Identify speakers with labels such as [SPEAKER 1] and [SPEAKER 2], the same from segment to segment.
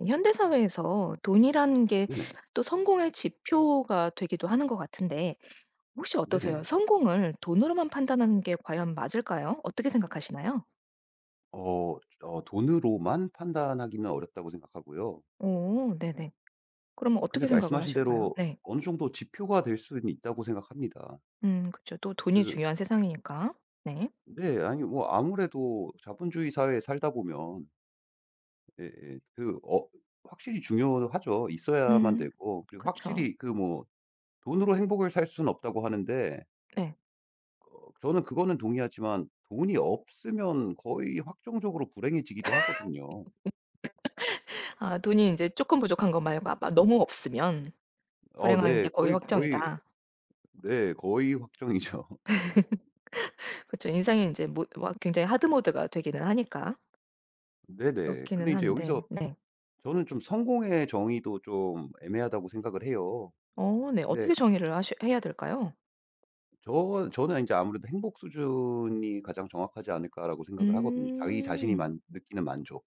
[SPEAKER 1] 네, 현대 사회에서 돈이라는 게
[SPEAKER 2] 네네.
[SPEAKER 1] 또 성공의 지표가 되기도 하는 것 같은데 혹시 어떠세요?
[SPEAKER 2] 네네.
[SPEAKER 1] 성공을 돈으로만 판단하는 게 과연 맞을까요? 어떻게 생각하시나요?
[SPEAKER 2] 돈으로만 판단하기는 어렵다고 생각하고요.
[SPEAKER 1] 오, 네네. 그러면
[SPEAKER 2] 근데
[SPEAKER 1] 어떻게 생각을
[SPEAKER 2] 말씀하신
[SPEAKER 1] 하실까요?
[SPEAKER 2] 대로
[SPEAKER 1] 네.
[SPEAKER 2] 어느 정도 지표가 될 수는 있다고 생각합니다.
[SPEAKER 1] 그쵸. 또 돈이
[SPEAKER 2] 그
[SPEAKER 1] 중요한 세상이니까. 네.
[SPEAKER 2] 네 아니 뭐 아무래도 자본주의 사회에 살다 보면 예예 확실히 중요하죠. 있어야만
[SPEAKER 1] 음,
[SPEAKER 2] 되고 그리고
[SPEAKER 1] 그쵸.
[SPEAKER 2] 확실히 돈으로 행복을 살 수는 없다고 하는데
[SPEAKER 1] 네.
[SPEAKER 2] 저는 그거는 동의하지만 돈이 없으면 거의 확정적으로 불행해지기도 하거든요.
[SPEAKER 1] 아, 돈이 이제 조금 부족한 것 말고 아마 너무 없으면
[SPEAKER 2] 어
[SPEAKER 1] 불행한
[SPEAKER 2] 네.
[SPEAKER 1] 게 거의
[SPEAKER 2] 거의 거의
[SPEAKER 1] 확정이다.
[SPEAKER 2] 네. 거의 확정이죠.
[SPEAKER 1] 그쵸. 인생이 이제 모 와, 굉장히 하드 모드가 되기는 하니까.
[SPEAKER 2] 네네. 근데
[SPEAKER 1] 그렇기는
[SPEAKER 2] 이제
[SPEAKER 1] 한데
[SPEAKER 2] 여기서
[SPEAKER 1] 네.
[SPEAKER 2] 저는 좀 성공의 정의도 좀 애매하다고 생각을 해요.
[SPEAKER 1] 어 네.
[SPEAKER 2] 근데
[SPEAKER 1] 어떻게 정의를 하셔 해야 될까요?
[SPEAKER 2] 저는 이제 아무래도 '행복 수준이 가장 정확하지 않을까.'라고 생각을 하거든요. 자기 자신이
[SPEAKER 1] 음.
[SPEAKER 2] 만 느끼는 만족.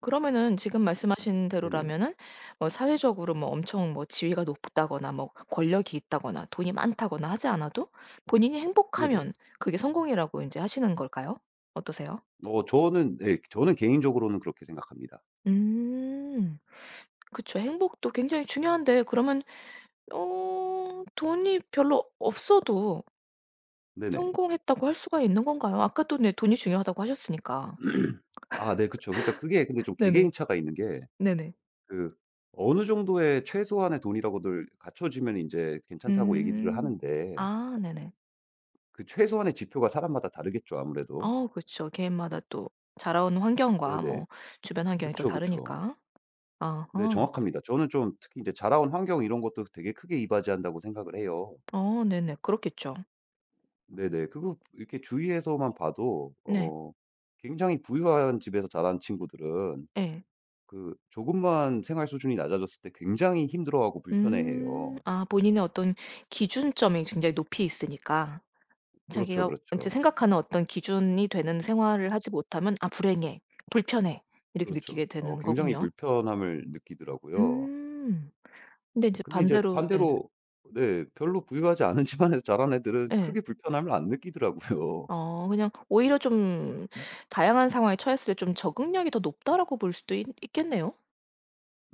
[SPEAKER 1] 그러면은 지금 말씀하신
[SPEAKER 2] 네네.
[SPEAKER 1] 대로라면은 뭐 사회적으로 뭐 엄청 뭐 지위가 높다거나 뭐 권력이 있다거나 돈이 많다거나 하지 않아도 본인이
[SPEAKER 2] 네네.
[SPEAKER 1] 행복하면 그게 성공이라고 이제 하시는 걸까요? 어떠세요?
[SPEAKER 2] 저는 네, 저는 개인적으로는 그렇게 생각합니다.
[SPEAKER 1] 음. 그쵸. 행복도 굉장히 중요한데 그러면 어 돈이 별로 없어도
[SPEAKER 2] 네네.
[SPEAKER 1] 성공했다고 할 수가 있는 건가요? 아까 또 네 돈이 중요하다고 하셨으니까.
[SPEAKER 2] 아 네 그쵸. 그러니까 그게 근데 좀 개개인
[SPEAKER 1] 네네.
[SPEAKER 2] 차가 있는 게
[SPEAKER 1] 네네.
[SPEAKER 2] 그 어느 정도의 최소한의 돈이라고들 갖춰지면 이제 괜찮다고 얘기들을
[SPEAKER 1] 음.
[SPEAKER 2] 하는데
[SPEAKER 1] 아 네네.
[SPEAKER 2] 그 최소한의 지표가 사람마다 다르겠죠 아무래도.
[SPEAKER 1] 어 그쵸. 개인마다 또 자라온 환경과
[SPEAKER 2] 네네.
[SPEAKER 1] 뭐 주변 환경이 또
[SPEAKER 2] 그쵸, 그쵸.
[SPEAKER 1] 다르니까.
[SPEAKER 2] 네
[SPEAKER 1] 아하.
[SPEAKER 2] 정확합니다. 저는 좀 특히 이제 자라온 환경 이런 것도 되게 크게 이바지한다고 생각을 해요.
[SPEAKER 1] 어 네네. 그렇겠죠.
[SPEAKER 2] 네네. 그거 이렇게 주위에서만 봐도
[SPEAKER 1] 네.
[SPEAKER 2] 굉장히 부유한 집에서 자란 친구들은
[SPEAKER 1] 예.
[SPEAKER 2] 조금만 생활 수준이 낮아졌을 때 굉장히 힘들어하고
[SPEAKER 1] 음.
[SPEAKER 2] 불편해해요.
[SPEAKER 1] 아 본인의 어떤 기준점이 굉장히 높이 있으니까
[SPEAKER 2] 그렇죠,
[SPEAKER 1] 자기가 인제
[SPEAKER 2] 그렇죠.
[SPEAKER 1] 생각하는 어떤 기준이 되는 생활을 하지 못하면 '아 불행해. 불편해.' 이렇게
[SPEAKER 2] 그렇죠.
[SPEAKER 1] 느끼게 되는
[SPEAKER 2] 굉장히
[SPEAKER 1] 거군요.
[SPEAKER 2] 불편함을 느끼더라고요.
[SPEAKER 1] 음. 근데 이제
[SPEAKER 2] 근데 이제
[SPEAKER 1] 반대로 예.
[SPEAKER 2] 반대로 네 별로 부유하지 않은 집안에서 자란 애들은
[SPEAKER 1] 예.
[SPEAKER 2] 크게 불편함을 안 느끼더라고요.
[SPEAKER 1] 어 그냥 오히려 좀 다양한 상황에 처했을 때 좀 적응력이 더 높다라고 볼 수도 있겠네요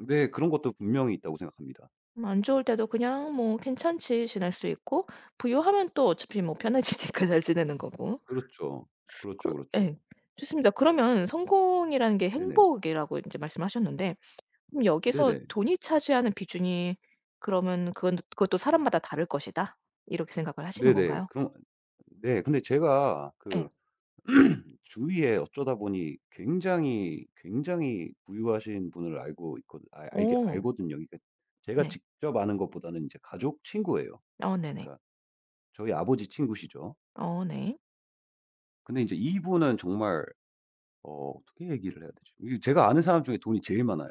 [SPEAKER 2] 네 그런 것도 분명히 있다고 생각합니다.
[SPEAKER 1] 안 좋을 때도 그냥 뭐 괜찮지 지낼 수 있고 부유하면 또 어차피 뭐 편해지니까 잘 지내는 거고.
[SPEAKER 2] 그렇죠.
[SPEAKER 1] 그
[SPEAKER 2] 그렇죠, 그렇죠.
[SPEAKER 1] 예. 좋습니다. 그러면 성공이라는 게
[SPEAKER 2] 네네.
[SPEAKER 1] 행복이라고 이제 말씀하셨는데 그럼 여기서
[SPEAKER 2] 네네.
[SPEAKER 1] 돈이 차지하는 비중이 그러면 그건 그것도 사람마다 다를 것이다 이렇게 생각을 하시는
[SPEAKER 2] 네네.
[SPEAKER 1] 건가요?
[SPEAKER 2] 그럼 네 근데 제가
[SPEAKER 1] 예.
[SPEAKER 2] 주위에 어쩌다 보니 굉장히, 굉장히 부유하신 분을 알고 있거든 아 알게
[SPEAKER 1] 오.
[SPEAKER 2] 알거든요. 그러니까 제가
[SPEAKER 1] 네.
[SPEAKER 2] 직접 아는 것보다는 이제 가족 친구예요.
[SPEAKER 1] 어 네네.
[SPEAKER 2] 그러니까 저희 아버지 친구시죠.
[SPEAKER 1] 어 네.
[SPEAKER 2] 근데 인제 이분은 정말 어떻게 얘기를 해야 되지? 이 제가 아는 사람 중에 돈이 제일 많아요.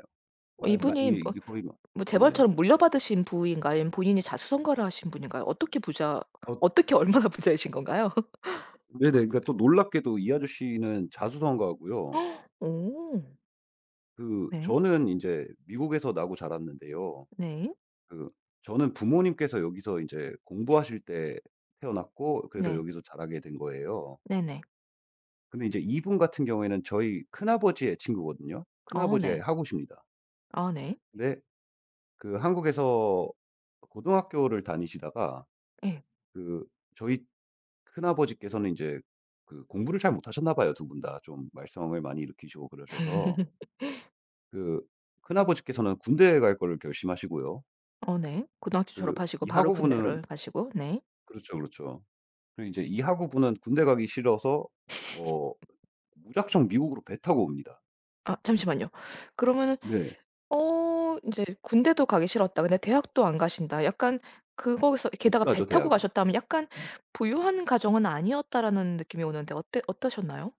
[SPEAKER 1] 어
[SPEAKER 2] 말 말
[SPEAKER 1] 이분이
[SPEAKER 2] 이게
[SPEAKER 1] 뭐
[SPEAKER 2] 이게 거의 막
[SPEAKER 1] 뭐
[SPEAKER 2] 네네.
[SPEAKER 1] 재벌처럼 물려받으신 부인가요? 아니면 본인이 자수성가를 하신 분인가요?
[SPEAKER 2] 어
[SPEAKER 1] 어떻게 얼마나 부자이신 건가요?
[SPEAKER 2] 네네. 그러니까 또 놀랍게도 이 아저씨는 자수성가하고요.
[SPEAKER 1] 오. 네.
[SPEAKER 2] 저는 이제 미국에서 나고 자랐는데요.
[SPEAKER 1] 네.
[SPEAKER 2] 그 저는 부모님께서 여기서 이제 공부하실 때 태어났고 그래서
[SPEAKER 1] 네.
[SPEAKER 2] 여기서 자라게 된 거예요.
[SPEAKER 1] 네네.
[SPEAKER 2] 근데 이제 이분 같은 경우에는 저희 큰아버지의 친구거든요.
[SPEAKER 1] 어
[SPEAKER 2] 큰아버지의
[SPEAKER 1] 네.
[SPEAKER 2] 하구십니다.
[SPEAKER 1] 아 네.
[SPEAKER 2] 근데 그 한국에서 고등학교를 다니시다가
[SPEAKER 1] 예.
[SPEAKER 2] 그 저희 큰아버지께서는 이제 공부를 잘 못하셨나 봐요 두 분 다. 좀 말썽을 많이 일으키시고 그러셔서 그 큰아버지께서는 군대에 갈 거를 결심하시고요.
[SPEAKER 1] 어 네. 고등학교
[SPEAKER 2] 그
[SPEAKER 1] 졸업하시고
[SPEAKER 2] 이
[SPEAKER 1] 바로
[SPEAKER 2] 학우분은
[SPEAKER 1] 군대를 가시고 네.
[SPEAKER 2] 그렇죠, 그렇죠. 그리고 이제 이 학우분은 군대 가기 싫어서 어 무작정 미국으로 배 타고 옵니다.
[SPEAKER 1] 아 잠시만요. 그러면은
[SPEAKER 2] 네.
[SPEAKER 1] 어 인제 "군대도 가기 싫었다. 근데 대학도 안 가신다." 약간 그거에서
[SPEAKER 2] 못
[SPEAKER 1] 게다가 배
[SPEAKER 2] 가죠
[SPEAKER 1] 타고
[SPEAKER 2] 대학은.
[SPEAKER 1] 가셨다면 약간 '부유한 가정은 아니었다.'라는 느낌이 오는데 어때 어떠셨나요?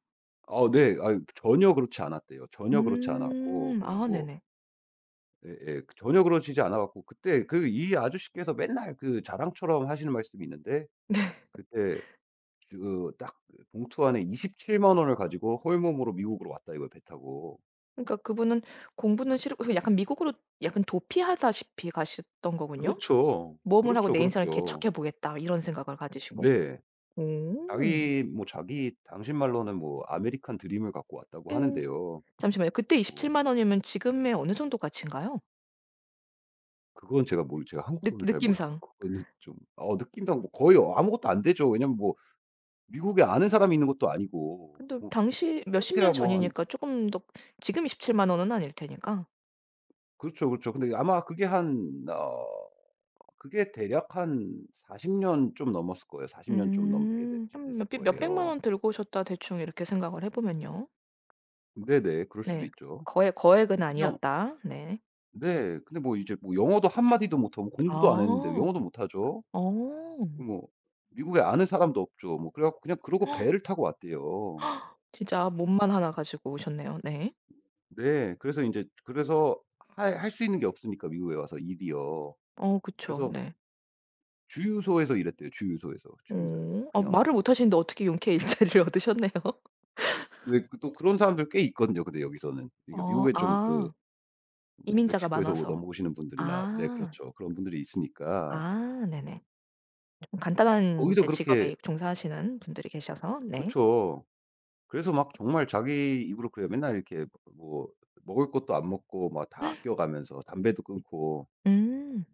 [SPEAKER 2] 아 네. 아 전혀 그렇지 않았대요. 전혀 그렇지 않았고
[SPEAKER 1] 음.
[SPEAKER 2] 그냥
[SPEAKER 1] 아
[SPEAKER 2] 뭐
[SPEAKER 1] 네네.
[SPEAKER 2] 예예. 전혀 그러시지 않아 갖고 그때 그 이 아저씨께서 맨날 그 자랑처럼 하시는 말씀이 있는데 그때 그 딱 그 봉투 안에 2 7칠만 원을 가지고 홀몸으로 미국으로 왔다 이거예요 배 타고.
[SPEAKER 1] 그러니까 그분은 공부는 싫고 그 약간 미국으로 약간 도피하다시피 가셨던 거군요.
[SPEAKER 2] 그렇죠.
[SPEAKER 1] '모험을 하고
[SPEAKER 2] 그렇죠,
[SPEAKER 1] 내 인생을
[SPEAKER 2] 그렇죠.
[SPEAKER 1] 개척해 보겠다.' 이런 생각을 가지시고.
[SPEAKER 2] 네.
[SPEAKER 1] 오.
[SPEAKER 2] 자기 뭐 자기 당신 말로는 뭐 아메리칸 드림을 갖고 왔다고
[SPEAKER 1] 예.
[SPEAKER 2] 하는데요.
[SPEAKER 1] 잠시만요. 그때 2 7
[SPEAKER 2] 어
[SPEAKER 1] 만 원이면 지금의 어느 정도 가치인가요?
[SPEAKER 2] 그건 제가 한국
[SPEAKER 1] 느
[SPEAKER 2] 돈을 잘 몰라
[SPEAKER 1] 느낌상.
[SPEAKER 2] 갖고 그거는 좀 느낌상 뭐 거의 아무것도 안 되죠. 왜냐면 뭐 미국에 아는 사람이 있는 것도 아니고
[SPEAKER 1] 근데
[SPEAKER 2] 뭐
[SPEAKER 1] 당시 몇십 년
[SPEAKER 2] 그렇대야 뭐 한
[SPEAKER 1] 전이니까 쪼끔 더 지금 2 7만 원은 아닐 테니까.
[SPEAKER 2] 그렇죠, 그렇죠. 근데 아마 그게 한 그게 대략 한 40년 좀 넘었을 거예요. 40년 좀 넘게 됐
[SPEAKER 1] 음. 한 몇
[SPEAKER 2] 됐을
[SPEAKER 1] 백 몇 백만
[SPEAKER 2] 거예요.
[SPEAKER 1] 원 들고 오셨다 대충 이렇게 생각을 해 보면요.
[SPEAKER 2] 네네. 그럴 수도
[SPEAKER 1] 네.
[SPEAKER 2] 있죠.
[SPEAKER 1] 거액은
[SPEAKER 2] 그냥
[SPEAKER 1] 아니었다. 네.
[SPEAKER 2] 네. 근데 뭐 이제 뭐 영어도 한 마디도 못하고 공부도 안 했는데
[SPEAKER 1] 아.
[SPEAKER 2] 영어도 못하죠.
[SPEAKER 1] 어.
[SPEAKER 2] 뭐 미국에 아는 사람도 없죠. 뭐 그래 갖고 그냥 그러고 배를 타고 왔대요.
[SPEAKER 1] 진짜 몸만 하나 가지고 오셨네요. 네.
[SPEAKER 2] 네. 그래서 인제 그래서 할 수 있는 게 없으니까 미국에 와서 일이요.
[SPEAKER 1] 어 그쵸.
[SPEAKER 2] 그래서
[SPEAKER 1] 네.
[SPEAKER 2] 주유소에서 일했대요, 주유소에서.
[SPEAKER 1] 네.
[SPEAKER 2] 주유소에서.
[SPEAKER 1] 어. 아
[SPEAKER 2] 그냥
[SPEAKER 1] 말을 못 하시는데 어떻게 용케 일자리를 얻으셨네요.
[SPEAKER 2] 네 그 또 그런 사람들 꽤 있거든요, 근데 여기서는. 그러니까
[SPEAKER 1] 어
[SPEAKER 2] 미국에 좀 그
[SPEAKER 1] 아
[SPEAKER 2] 뭐
[SPEAKER 1] 이민자가
[SPEAKER 2] 멕시코에서 오
[SPEAKER 1] 많아서.
[SPEAKER 2] 넘어오시는 분들이나 네
[SPEAKER 1] 아.
[SPEAKER 2] 그렇죠. 그런 분들이 있으니까.
[SPEAKER 1] 아 네네. 좀 간단한
[SPEAKER 2] 거기서
[SPEAKER 1] 이제
[SPEAKER 2] 그렇게
[SPEAKER 1] 직업에 종사하시는 분들이 계셔서 네.
[SPEAKER 2] 그쵸. 그래서 막 정말 자기 입으로 그래요. 맨날 이렇게 뭐 먹을 것도 안 먹고 막 다 아껴 가면서 담배도 끊고
[SPEAKER 1] 음.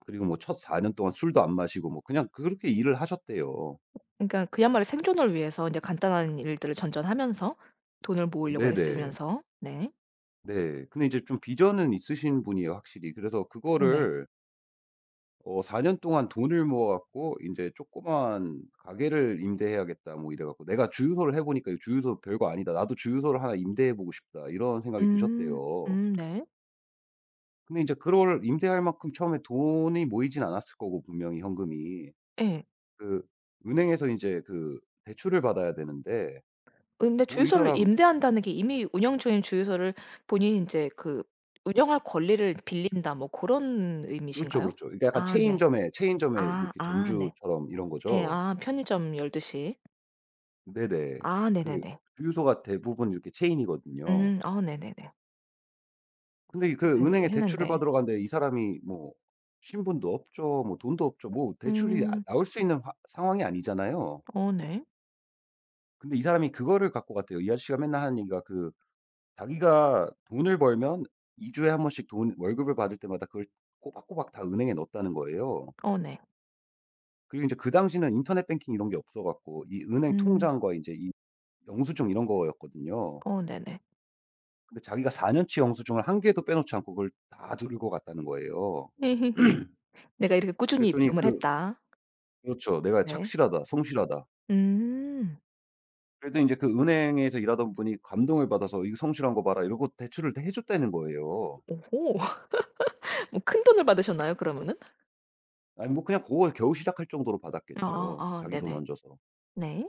[SPEAKER 2] 그리고 뭐 첫 4년 동안 술도 안 마시고 뭐 그냥 그렇게 일을 하셨대요.
[SPEAKER 1] 그러니까 그야말로 생존을 위해서 인제 간단한 일들을 전전하면서 돈을 모으려고
[SPEAKER 2] 네네.
[SPEAKER 1] 애쓰면서 네.
[SPEAKER 2] 네. 근데 이제 좀 비전은 있으신 분이에요 확실히. 그래서
[SPEAKER 1] 어 네.
[SPEAKER 2] 그거를 4 년 동안 돈을 모아 갖고 인제 "조그마한 가게를 임대해야겠다." 뭐 이래 갖고 "내가 주유소를 해 보니까 이 주유소 별거 아니다. 나도 주유소를 하나 임대해 보고 싶다." 이런 생각이
[SPEAKER 1] 음.
[SPEAKER 2] 드셨대요.
[SPEAKER 1] 네.
[SPEAKER 2] 근데 인제 그걸 임대할 만큼 처음에 돈이 모이진 않았을 거고 분명히 현금이.
[SPEAKER 1] 예.
[SPEAKER 2] 그 은행에서 인제 그 대출을 받아야 되는데
[SPEAKER 1] 근데
[SPEAKER 2] 뭐 이
[SPEAKER 1] 주유소를
[SPEAKER 2] 사람
[SPEAKER 1] 임대한다는 게 이미 운영 중인 주유소를 본인이 인제 그 운영할 권리를 빌린다 뭐 고런
[SPEAKER 2] 그렇죠,
[SPEAKER 1] 의미신가요?
[SPEAKER 2] 그렇죠. 그러니까 약간
[SPEAKER 1] 아 네.
[SPEAKER 2] 체인점에 뭐
[SPEAKER 1] 아
[SPEAKER 2] 이렇게
[SPEAKER 1] 아 네.
[SPEAKER 2] 점주처럼 이런
[SPEAKER 1] 예.
[SPEAKER 2] 거죠.
[SPEAKER 1] 아 편의점 열두 시.
[SPEAKER 2] 네네.
[SPEAKER 1] 아
[SPEAKER 2] 그
[SPEAKER 1] 네네네.
[SPEAKER 2] 주유소가 대부분 이렇게 체인이거든요.
[SPEAKER 1] 음. 아 네네네.
[SPEAKER 2] 근데 그
[SPEAKER 1] 그래서 인제
[SPEAKER 2] 은행에 대출을
[SPEAKER 1] 했는데.
[SPEAKER 2] 받으러 갔는데 이 사람이 뭐 신분도 없죠. 뭐 돈도 없죠. 뭐 대출이 아
[SPEAKER 1] 음.
[SPEAKER 2] 나올 수 있는 화 상황이 아니잖아요.
[SPEAKER 1] 어 네.
[SPEAKER 2] 근데 이 사람이 그거를 갖고 갔대요. 이 아저씨가 맨날 하는 얘기가 그 자기가 돈을 벌면 2 주에 한 번씩 돈 월급을 받을 때마다 그걸 꼬박꼬박 다 은행에 넣었다는 거예요.
[SPEAKER 1] 어 네.
[SPEAKER 2] 그리고 이제 그 당시는 인터넷 뱅킹 이런 게 없어 갖고 이 은행
[SPEAKER 1] 음.
[SPEAKER 2] 통장과 이제이 영수증 이런 거였거든요.
[SPEAKER 1] 어 네네.
[SPEAKER 2] 근데 자기가 4 년치 영수증을 한 개도 빼놓지 않고 그걸 다 들고 갔다는 거예요.
[SPEAKER 1] '내가 이렇게 꾸준히
[SPEAKER 2] 그랬더니
[SPEAKER 1] 입금을
[SPEAKER 2] 그
[SPEAKER 1] 했다.'
[SPEAKER 2] 그렇죠. '내가
[SPEAKER 1] 네.
[SPEAKER 2] 착실하다. 성실하다.'
[SPEAKER 1] 음.
[SPEAKER 2] 그랬더니 인제 그 은행에서 일하던 분이 감동을 받아서 "이거 성실한 거 봐라." 이러고 대출을 해 줬다는 거예요.
[SPEAKER 1] 오호. 뭐 큰돈을 받으셨나요 그러면은?
[SPEAKER 2] 아니 뭐 그냥 고걸 겨우 시작할 정도로
[SPEAKER 1] 아
[SPEAKER 2] 받았겠죠,
[SPEAKER 1] 아
[SPEAKER 2] 자기 돈
[SPEAKER 1] 네네.
[SPEAKER 2] 얹어서.
[SPEAKER 1] 네.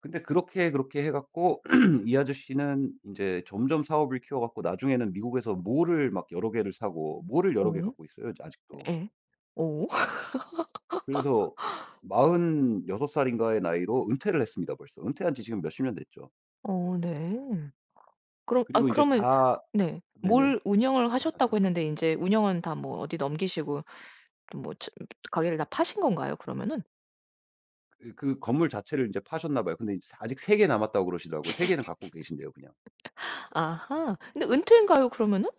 [SPEAKER 2] 근데 그렇게, 그렇게 해 갖고 이 아저씨는 인제 점점 사업을 키워 갖고 나중에는 미국에서 몰을 막 여러 개를 사고 몰을 여러 개
[SPEAKER 1] 오.
[SPEAKER 2] 갖고 있어요, 아직도.
[SPEAKER 1] 예. 오.
[SPEAKER 2] 그래서 마흔여섯 살인가의 나이로 은퇴를 했습니다 벌써. 은퇴한 지 지금 몇 십 년 됐죠.
[SPEAKER 1] 어 네. 그럼 아
[SPEAKER 2] 그리고 이제
[SPEAKER 1] 그러면
[SPEAKER 2] 다
[SPEAKER 1] 네.
[SPEAKER 2] 네네.
[SPEAKER 1] 몰 운영을 하셨다고
[SPEAKER 2] 말씀하세요.
[SPEAKER 1] 했는데 인제 운영은 다 뭐 어디 넘기시고 또 뭐 츠 가게를 다 파신 건가요 그러면은?
[SPEAKER 2] 그 건물 자체를 이제 파셨나 봐요. 근데 이제 아직 3개 남았다고 그러시더라고요. 3 개는 갖고 계신대요 그냥.
[SPEAKER 1] 아하. 근데 은퇴인가요 그러면은?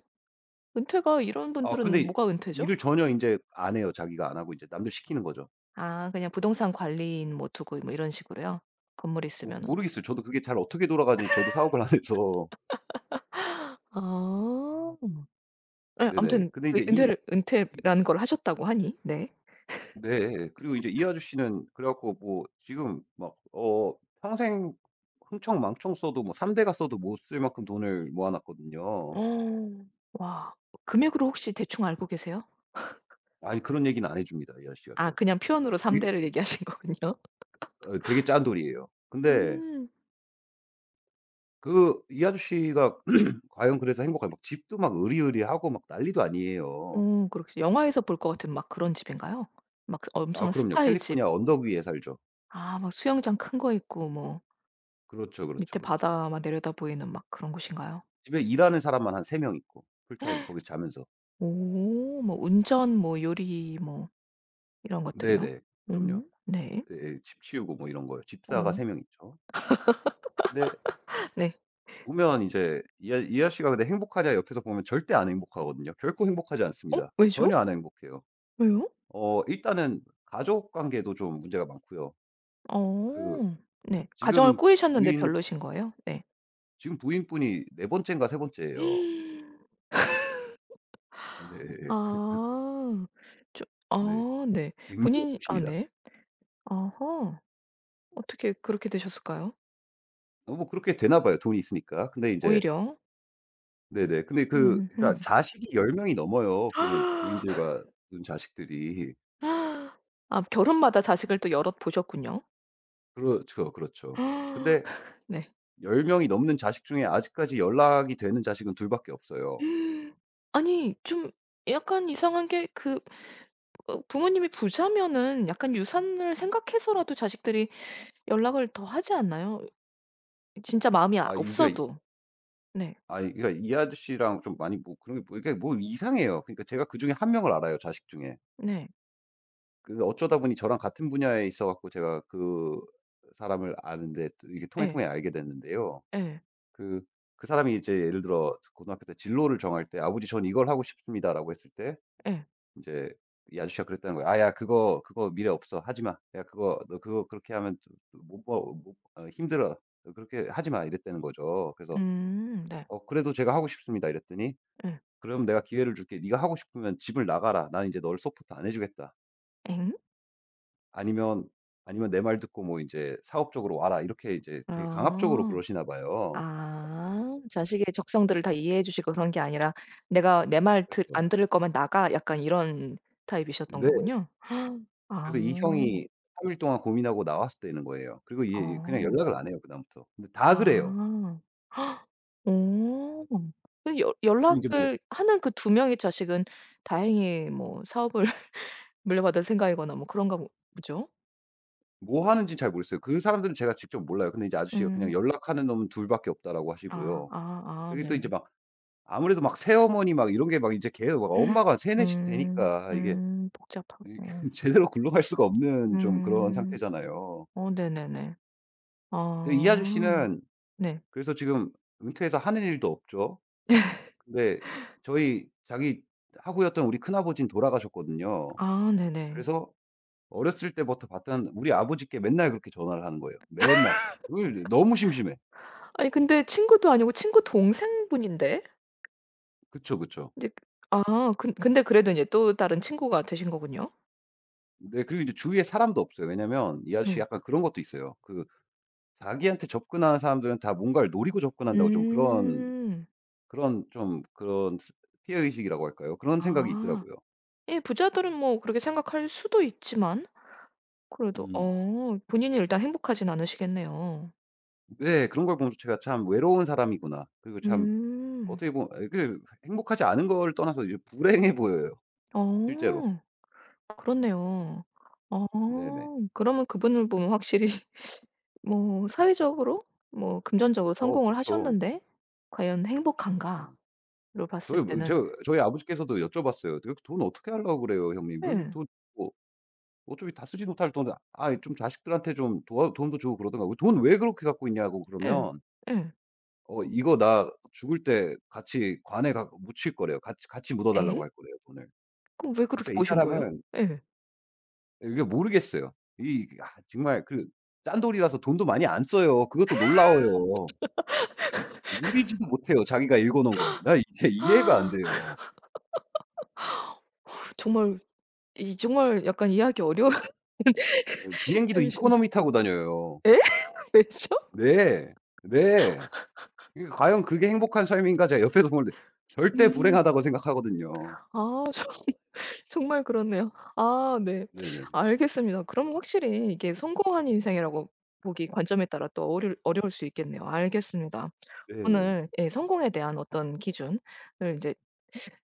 [SPEAKER 1] 은퇴가 이런
[SPEAKER 2] 아
[SPEAKER 1] 분들은
[SPEAKER 2] 근데
[SPEAKER 1] 뭐가 은퇴죠?
[SPEAKER 2] 일을 전혀 인제 안 해요. 자기가 안 하고 이제 남들 시키는 거죠.
[SPEAKER 1] 아 그냥 부동산 관리인 뭐 두고 뭐 이런 식으로요? 건물이
[SPEAKER 2] 뭐
[SPEAKER 1] 있으면은.
[SPEAKER 2] 모르겠어요. 저도 그게 잘 어떻게 돌아가는지 저도 사업을 안 해서.
[SPEAKER 1] 아. 예
[SPEAKER 2] 네네.
[SPEAKER 1] 아무튼
[SPEAKER 2] 근데 이제
[SPEAKER 1] 그
[SPEAKER 2] 이이
[SPEAKER 1] 은퇴를 은퇴라는 걸 하셨다고 하니 네.
[SPEAKER 2] 네. 그리고 이제 이 아저씨는 그래 갖고 뭐 지금 막 평생 흥청망청 써도 뭐 3 대가 써도 못 쓸 만큼 돈을 모아 놨거든요.
[SPEAKER 1] 어. 와. 금액으로 혹시 대충 알고 계세요?
[SPEAKER 2] 아니 그런 얘기는 안 해 줍니다 이 아저씨가
[SPEAKER 1] 아
[SPEAKER 2] 또.
[SPEAKER 1] 그냥 표현으로
[SPEAKER 2] 되게
[SPEAKER 1] 3 대를
[SPEAKER 2] 그
[SPEAKER 1] 얘기하신 거군요.
[SPEAKER 2] 되게 짠돌이에요. 근데
[SPEAKER 1] 음.
[SPEAKER 2] 그 이 아저씨가 과연 그래서 행복할까 막 집도 막 으리으리하고 막 난리도 아니에요.
[SPEAKER 1] 어 그렇게 영화에서 볼 것 같은 막 그런 집인가요? 막 그
[SPEAKER 2] 아
[SPEAKER 1] 엄청난
[SPEAKER 2] 그럼요.
[SPEAKER 1] 스타의 집.
[SPEAKER 2] 캘리포니아 언덕 위에 살죠.
[SPEAKER 1] 아 막 수영장 큰 거 있고 뭐
[SPEAKER 2] 그렇죠, 그렇죠,
[SPEAKER 1] 밑에
[SPEAKER 2] 그렇죠.
[SPEAKER 1] 바다만 내려다보이는 막 그런 곳인가요?
[SPEAKER 2] 집에 일하는 사람만 한 3명 있고 풀타임 거기서 자면서.
[SPEAKER 1] 오 뭐 운전 뭐 요리 뭐 이런 것들이요?
[SPEAKER 2] 네네. 그럼요.
[SPEAKER 1] 네.
[SPEAKER 2] 예예. 집 치우고 뭐 이런 거요. 집사가
[SPEAKER 1] 어
[SPEAKER 2] 3명 있죠. 근데
[SPEAKER 1] 네.
[SPEAKER 2] 보면 이제 이 아저씨가 근데 행복하냐 옆에서 보면 절대 안 행복하거든요. 결코 행복하지
[SPEAKER 1] 어
[SPEAKER 2] 않습니다. 전혀
[SPEAKER 1] 왜죠?
[SPEAKER 2] 안 행복해요.
[SPEAKER 1] 왜요?
[SPEAKER 2] 어 일단은 가족 관계도 좀 문제가 많고요. 그
[SPEAKER 1] 어 네. 가정을
[SPEAKER 2] 지금
[SPEAKER 1] 꾸리셨는데
[SPEAKER 2] 부인
[SPEAKER 1] 별로신 거예요? 네.
[SPEAKER 2] 지금 부인분이 네 번째인가 세 번째예요. 네
[SPEAKER 1] 아. 좀
[SPEAKER 2] 네.
[SPEAKER 1] 아 네.
[SPEAKER 2] 굉장히
[SPEAKER 1] 본인이 아
[SPEAKER 2] 크십니다.
[SPEAKER 1] 네. 아하. 어떻게 그렇게 되셨을까요?
[SPEAKER 2] 뭐 그렇게 되나 봐요, 돈이 있으니까. 근데 이제
[SPEAKER 1] 오히려.
[SPEAKER 2] 네네. 근데 그 그러니까
[SPEAKER 1] 음음.
[SPEAKER 2] 자식이 10 명이 넘어요, 그 부인들과 눈 자식들이.
[SPEAKER 1] 아 결혼마다 자식을 또 여럿 보셨군요.
[SPEAKER 2] 그렇죠, 그렇죠. 근데
[SPEAKER 1] 네.
[SPEAKER 2] 10 명이 넘는 자식 중에 아직까지 연락이 되는 자식은 둘 밖에 없어요.
[SPEAKER 1] 아니 좀 약간 이상한 게그 어 부모님이 부자면은 약간 유산을 생각해서라도 자식들이 연락을 더 하지 않나요? 진짜 마음이 아
[SPEAKER 2] 아 이게 이
[SPEAKER 1] 없어도. 네.
[SPEAKER 2] 아 그러니까 이 아저씨랑 좀 많이 뭐 그런 게 뭐 이게 뭐 이상해요. 그러니까 제가 그중에 한 명을 알아요, 자식 중에.
[SPEAKER 1] 네.
[SPEAKER 2] 그 어쩌다 보니 저랑 같은 분야에 있어 갖고 제가 사람을 아는데 또 이게
[SPEAKER 1] 예.
[SPEAKER 2] 통해 알게 됐는데요.
[SPEAKER 1] 예.
[SPEAKER 2] 그 그 사람이 이제 예를 들어 고등학교 때 진로를 정할 때 "아버지 전 이걸 하고 싶습니다."라고 했을 때
[SPEAKER 1] 예.
[SPEAKER 2] 이제 이 아저씨가 그랬다는 거예요. "아 야 그거 미래 없어. 하지 마. 야 그거 너 그거 그렇게 하면 못버 못 어 힘들어. 너 그렇게 하지 마." 이랬다는 거죠. 그래서
[SPEAKER 1] 네.
[SPEAKER 2] "어 그래도 제가 하고 싶습니다." 이랬더니
[SPEAKER 1] 예.
[SPEAKER 2] "그럼 내가 기회를 줄게. 네가 하고 싶으면 집을 나가라. 난 이제 너를 서포트 안 해 주겠다.
[SPEAKER 1] 엥?
[SPEAKER 2] 아니면, 아니면 내 말 듣고 뭐 이제 사업 적으로 와라." 이렇게 이제 되게 강압적으로
[SPEAKER 1] 아.
[SPEAKER 2] 그러시나 봐요.
[SPEAKER 1] 아. 자식의 적성들을 다 이해해 주시고 그런 게 아니라 '내가 내 말 들
[SPEAKER 2] 그쵸.
[SPEAKER 1] 안 들을 거면 나가.' 약간 이런 타입이셨던
[SPEAKER 2] 네.
[SPEAKER 1] 거군요. 아.
[SPEAKER 2] 그래서 이
[SPEAKER 1] 아.
[SPEAKER 2] 형이 3일 동안 고민하고 나왔었때는 거예요. 그리고 얘 그냥 연락을 안 해요, 그다음부터. 근데 다 그래요.
[SPEAKER 1] 아. 어. 그 연
[SPEAKER 2] 그리고 제뭐
[SPEAKER 1] 연락을 하는 그 두 명의 자식은 다행히 뭐 사업을 물려받을 생각이거나 뭐 그런가 보 보죠?
[SPEAKER 2] 뭐 하는지 잘 모르겠어요. 그 사람들은 제가 직접 몰라요. 근데 이제 아저씨가 그냥
[SPEAKER 1] 음.
[SPEAKER 2] "연락하는 놈은 둘 밖에 없다."라고
[SPEAKER 1] 아.
[SPEAKER 2] 하시고요.
[SPEAKER 1] 아 아
[SPEAKER 2] 그게 또 이제
[SPEAKER 1] 네네.
[SPEAKER 2] 막 아무래도 막 새어머니 막 이런 게 막 이제 걔가 막 엄마가 세네씩
[SPEAKER 1] 음.
[SPEAKER 2] 되니까 이게
[SPEAKER 1] 음. 복잡하고.
[SPEAKER 2] 제대로 굴러갈 수가 없는 좀 그런
[SPEAKER 1] 음.
[SPEAKER 2] 상태잖아요.
[SPEAKER 1] 어 네네네.
[SPEAKER 2] 근데 이
[SPEAKER 1] 아.
[SPEAKER 2] 아저씨는
[SPEAKER 1] 네.
[SPEAKER 2] 그래서 지금 은퇴해서 하는 일도 없죠. 근데 저희 자기 하구였던 우리 큰아버지는 돌아가셨거든요.
[SPEAKER 1] 아 네네.
[SPEAKER 2] 그래서 어렸을 때부터 봤던 우리 아버지께 맨날 그렇게 전화를 하는 거예요. 맨날. 왜 이래 너무 심심해.
[SPEAKER 1] 아니 근데 친구도 아니고 친구 동생분인데?
[SPEAKER 2] 그쵸, 그쵸.
[SPEAKER 1] 이제 아 근 근데 그래도 인제 또 다른 친구가 되신 거군요.
[SPEAKER 2] 네. 그리고 이제 주위에 사람도 없어요. 왜냐면 이 아저씨
[SPEAKER 1] 네.
[SPEAKER 2] 약간 그런 것도 있어요. 그 자기한테 접근하는 사람들은 다 뭔가를 노리고 접근한다고 좀 그런
[SPEAKER 1] 음.
[SPEAKER 2] 그런 좀 그런 스 피해 의식이라고 할까요? 그런 생각이
[SPEAKER 1] 아.
[SPEAKER 2] 있더라고요.
[SPEAKER 1] 예 부자들은 뭐 그렇게 생각할 수도 있지만 그래도
[SPEAKER 2] 음.
[SPEAKER 1] 어 본인이 일단 행복하진 않으시겠네요.
[SPEAKER 2] 네. 그런 걸 보면서 제가 '참 외로운 사람이구나.' 그리고 참
[SPEAKER 1] 음.
[SPEAKER 2] 어떻게 보면 예 행복하지 않은 걸 떠나서 이제 불행해 보여요 실제로.
[SPEAKER 1] 어 그렇네요. 어
[SPEAKER 2] 네네.
[SPEAKER 1] 그러면 그분을 보면 확실히 뭐 사회적으로 뭐 금전적으로
[SPEAKER 2] 어
[SPEAKER 1] 성공을
[SPEAKER 2] 그쵸.
[SPEAKER 1] 하셨는데 '과연
[SPEAKER 2] 그쵸, 그쵸.
[SPEAKER 1] 행복한가?'로 봤을
[SPEAKER 2] 저희 뭐
[SPEAKER 1] 때는
[SPEAKER 2] 저 저희 아버지께서도 여쭤봤어요. "그 돈 어떻게 하려고 그래요 형님? 그
[SPEAKER 1] 예.
[SPEAKER 2] 돈" 뭐 어차피 다쓰지 못할 돈 아 좀 자식들한테 좀 도와 돈도 주고 그러던가 "돈 왜 그렇게 갖고 있냐."고
[SPEAKER 1] 예.
[SPEAKER 2] 그러면
[SPEAKER 1] 예.
[SPEAKER 2] "어 이거 나 죽을 때 같이 관에 가 묻힐 거래요. 같이 묻어 달라고
[SPEAKER 1] 예?
[SPEAKER 2] 할 거래요, 돈을."
[SPEAKER 1] 그럼 왜 그렇게
[SPEAKER 2] 그러니까 이
[SPEAKER 1] 보신 거예요?
[SPEAKER 2] 사람은
[SPEAKER 1] 예.
[SPEAKER 2] 이게 모르겠어요. 이 아 정말 그 짠돌이라서 돈도 많이 안 써요. 그것도 놀라워요. 그러니까 누리지도 못해요, 자기가 읽어 놓은 걸. 나 이제 이해가 안 돼요.
[SPEAKER 1] 정말 이 정말 약간 이해하기 어려운
[SPEAKER 2] 예 비행기도
[SPEAKER 1] 타입이시네요.
[SPEAKER 2] 이코노미 타고 다녀요.
[SPEAKER 1] 예? 왜죠?
[SPEAKER 2] 네. 네. 이게 과연 그게 행복한 삶인가 제가 옆에서 보는데 절대
[SPEAKER 1] 음.
[SPEAKER 2] 불행하다고 생각하거든요.
[SPEAKER 1] 아 정말 그렇네요. 아 네.
[SPEAKER 2] 네네.
[SPEAKER 1] 알겠습니다. 그럼 확실히 이게 성공한 인생이라고 보기 관점에 따라 또 어려울 수 있겠네요. 알겠습니다.
[SPEAKER 2] 네.
[SPEAKER 1] 오늘 예 성공에 대한 어떤 기준을 인제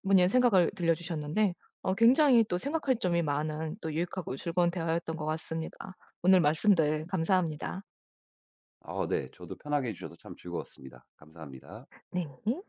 [SPEAKER 1] 뭐의 생각을 들려주셨는데 어 굉장히 또 생각할 점이 많은 또 유익하고 즐거운 대화였던 것 같습니다. 오늘 말씀들 감사합니다.
[SPEAKER 2] 아 네. 저도 편하게 해 주셔서 참 즐거웠습니다. 감사합니다.
[SPEAKER 1] 네.